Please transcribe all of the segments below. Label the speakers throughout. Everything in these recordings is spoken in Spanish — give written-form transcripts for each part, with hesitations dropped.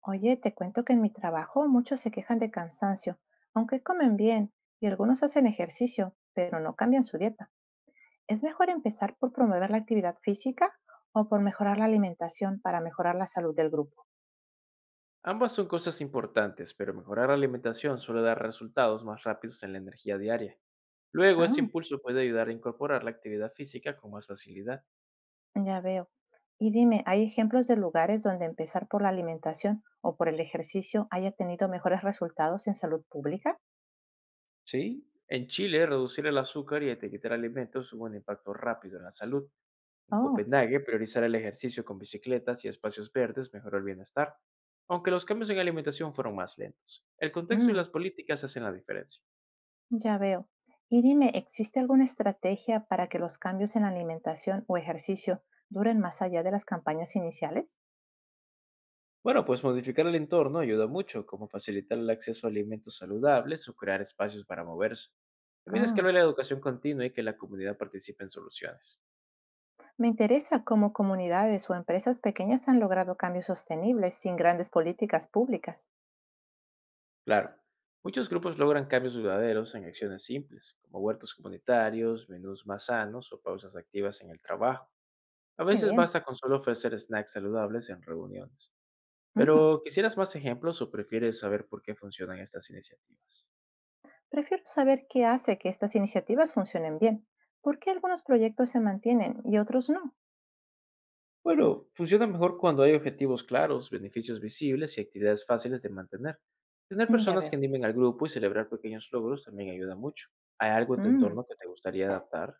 Speaker 1: Oye, te cuento que en mi trabajo muchos se quejan de cansancio, aunque comen bien y algunos hacen ejercicio, pero no cambian su dieta. ¿Es mejor empezar por promover la actividad física o por mejorar la alimentación para mejorar la salud del grupo?
Speaker 2: Ambas son cosas importantes, pero mejorar la alimentación suele dar resultados más rápidos en la energía diaria. Luego, ese
Speaker 1: Ah,
Speaker 2: impulso puede ayudar a incorporar la actividad física con más facilidad.
Speaker 1: ya veo. Y dime, ¿hay ejemplos de lugares donde empezar por la alimentación o por el ejercicio haya tenido mejores resultados en salud pública?
Speaker 2: ¿Sí? En Chile, reducir el azúcar y etiquetar alimentos hubo un impacto rápido en la salud. En
Speaker 1: Oh,
Speaker 2: Copenhague, priorizar el ejercicio con bicicletas y espacios verdes mejoró el bienestar, aunque los cambios en alimentación fueron más lentos. El contexto y
Speaker 1: mm.
Speaker 2: las políticas hacen la diferencia.
Speaker 1: Ya veo. Y dime, ¿existe alguna estrategia para que los cambios en la alimentación o ejercicio duren más allá de las campañas iniciales?
Speaker 2: Bueno, pues modificar el entorno ayuda mucho, como facilitar el acceso a alimentos saludables o crear espacios para moverse. También es
Speaker 1: Ah,
Speaker 2: clave la educación continua y que la comunidad participe en soluciones.
Speaker 1: me interesa cómo comunidades o empresas pequeñas han logrado cambios sostenibles sin grandes políticas públicas.
Speaker 2: Claro, muchos grupos logran cambios duraderos en acciones simples, como huertos comunitarios, menús más sanos o pausas activas en el trabajo. A
Speaker 1: Qué
Speaker 2: veces
Speaker 1: bien.
Speaker 2: basta con solo ofrecer snacks saludables en reuniones.
Speaker 1: Mm.
Speaker 2: Pero, ¿quisieras más ejemplos o prefieres saber por qué funcionan estas iniciativas?
Speaker 1: Prefiero saber qué hace que estas iniciativas funcionen bien. ¿Por qué algunos proyectos se mantienen y otros no?
Speaker 2: Bueno, funciona mejor cuando hay objetivos claros, beneficios visibles y actividades fáciles de mantener. Tener
Speaker 1: Mm, ya
Speaker 2: personas que
Speaker 1: veo.
Speaker 2: animen al grupo y celebrar pequeños logros también ayuda mucho. ¿Hay algo en tu
Speaker 1: Mm.
Speaker 2: entorno que te gustaría adaptar?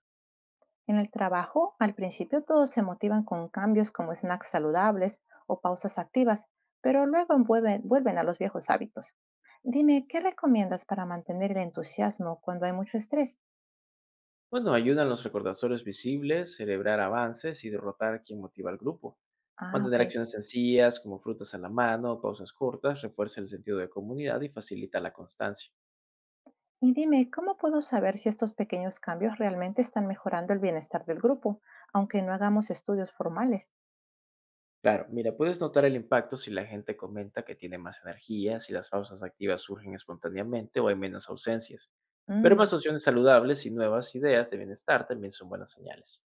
Speaker 1: En el trabajo, al principio todos se motivan con cambios como snacks saludables o pausas activas, pero luego vuelven a los viejos hábitos. Dime, ¿qué recomiendas para mantener el entusiasmo cuando hay mucho estrés?
Speaker 2: Bueno, ayudan los recordatorios visibles, celebrar avances y derrotar a quien motiva al grupo.
Speaker 1: Ah, ok.
Speaker 2: Mantener acciones sencillas como frutas a la mano, pausas cortas, refuerza el sentido de comunidad y facilita la constancia.
Speaker 1: Y dime, ¿cómo puedo saber si estos pequeños cambios realmente están mejorando el bienestar del grupo, aunque no hagamos estudios formales?
Speaker 2: Claro, mira, puedes notar el impacto si la gente comenta que tiene más energía, si las pausas activas surgen espontáneamente o hay menos ausencias. Ver
Speaker 1: Mm.
Speaker 2: más opciones saludables y nuevas ideas de bienestar también son buenas señales.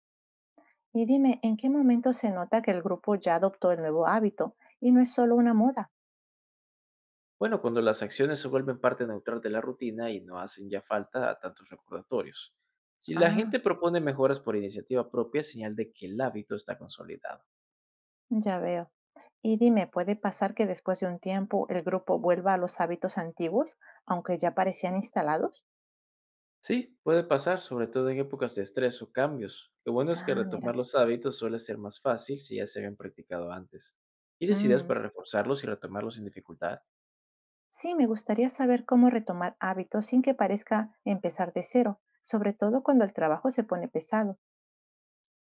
Speaker 1: Y dime, ¿en qué momento se nota que el grupo ya adoptó el nuevo hábito y no es solo una moda?
Speaker 2: Bueno, cuando las acciones se vuelven parte neutral de la rutina y no hacen ya falta a tantos recordatorios. Si la gente
Speaker 1: Ah,
Speaker 2: propone mejoras por iniciativa propia, es señal de que el hábito está consolidado.
Speaker 1: ya veo. Y dime, ¿puede pasar que después de un tiempo el grupo vuelva a los hábitos antiguos, aunque ya parecían instalados?
Speaker 2: Sí, puede pasar, sobre todo en épocas de estrés o cambios. Lo bueno es que
Speaker 1: Ah,
Speaker 2: retomar
Speaker 1: mira.
Speaker 2: los hábitos suele ser más fácil si ya se habían practicado antes. ¿Tienes ideas
Speaker 1: Mm.
Speaker 2: para reforzarlos y retomarlos sin dificultad?
Speaker 1: Sí, me gustaría saber cómo retomar hábitos sin que parezca empezar de cero, sobre todo cuando el trabajo se pone pesado.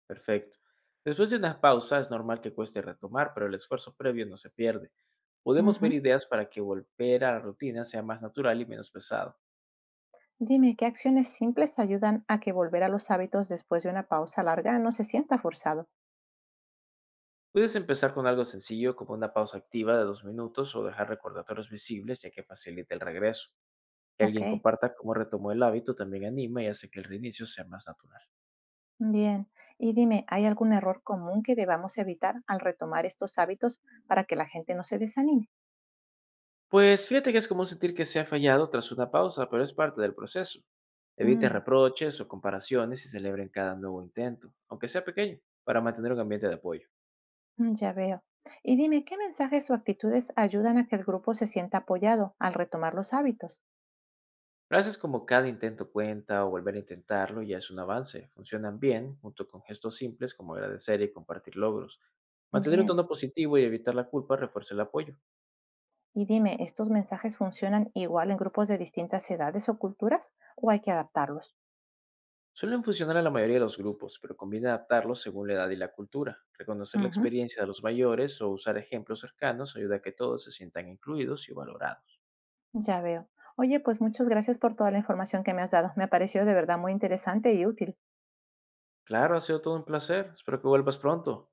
Speaker 2: Perfecto. Después de una pausa es normal que cueste retomar, pero el esfuerzo previo no se pierde. Podemos ver
Speaker 1: Ujú.
Speaker 2: ideas para que volver a la rutina sea más natural y menos pesado.
Speaker 1: Dime, ¿qué acciones simples ayudan a que volver a los hábitos después de una pausa larga no se sienta forzado?
Speaker 2: Puedes empezar con algo sencillo como una pausa activa de 2 minutos o dejar recordatorios visibles ya que facilita el regreso. Que
Speaker 1: Ok,
Speaker 2: alguien comparta cómo retomó el hábito también anima y hace que el reinicio sea más natural.
Speaker 1: bien. Y dime, ¿hay algún error común que debamos evitar al retomar estos hábitos para que la gente no se desanime?
Speaker 2: Pues fíjate que es común sentir que se ha fallado tras una pausa, pero es parte del proceso. Eviten
Speaker 1: Mm,
Speaker 2: reproches o comparaciones y celebren cada nuevo intento, aunque sea pequeño, para mantener un ambiente de apoyo.
Speaker 1: mm, ya veo. Y dime, ¿qué mensajes o actitudes ayudan a que el grupo se sienta apoyado al retomar los hábitos?
Speaker 2: Frases como cada intento cuenta o volver a intentarlo ya es un avance, funcionan bien junto con gestos simples como agradecer y compartir logros. Mantener un
Speaker 1: Bien.
Speaker 2: tono positivo y evitar la culpa refuerza el apoyo.
Speaker 1: Y dime, ¿estos mensajes funcionan igual en grupos de distintas edades o culturas o hay que adaptarlos?
Speaker 2: Suelen funcionar a la mayoría de los grupos, pero conviene adaptarlos según la edad y la cultura. Reconocer la
Speaker 1: Ujú,
Speaker 2: experiencia de los mayores o usar ejemplos cercanos ayuda a que todos se sientan incluidos y valorados.
Speaker 1: ya veo. Oye, pues muchas gracias por toda la información que me has dado. Me pareció de verdad muy interesante y útil.
Speaker 2: Claro, ha sido todo un placer. Espero que vuelvas pronto.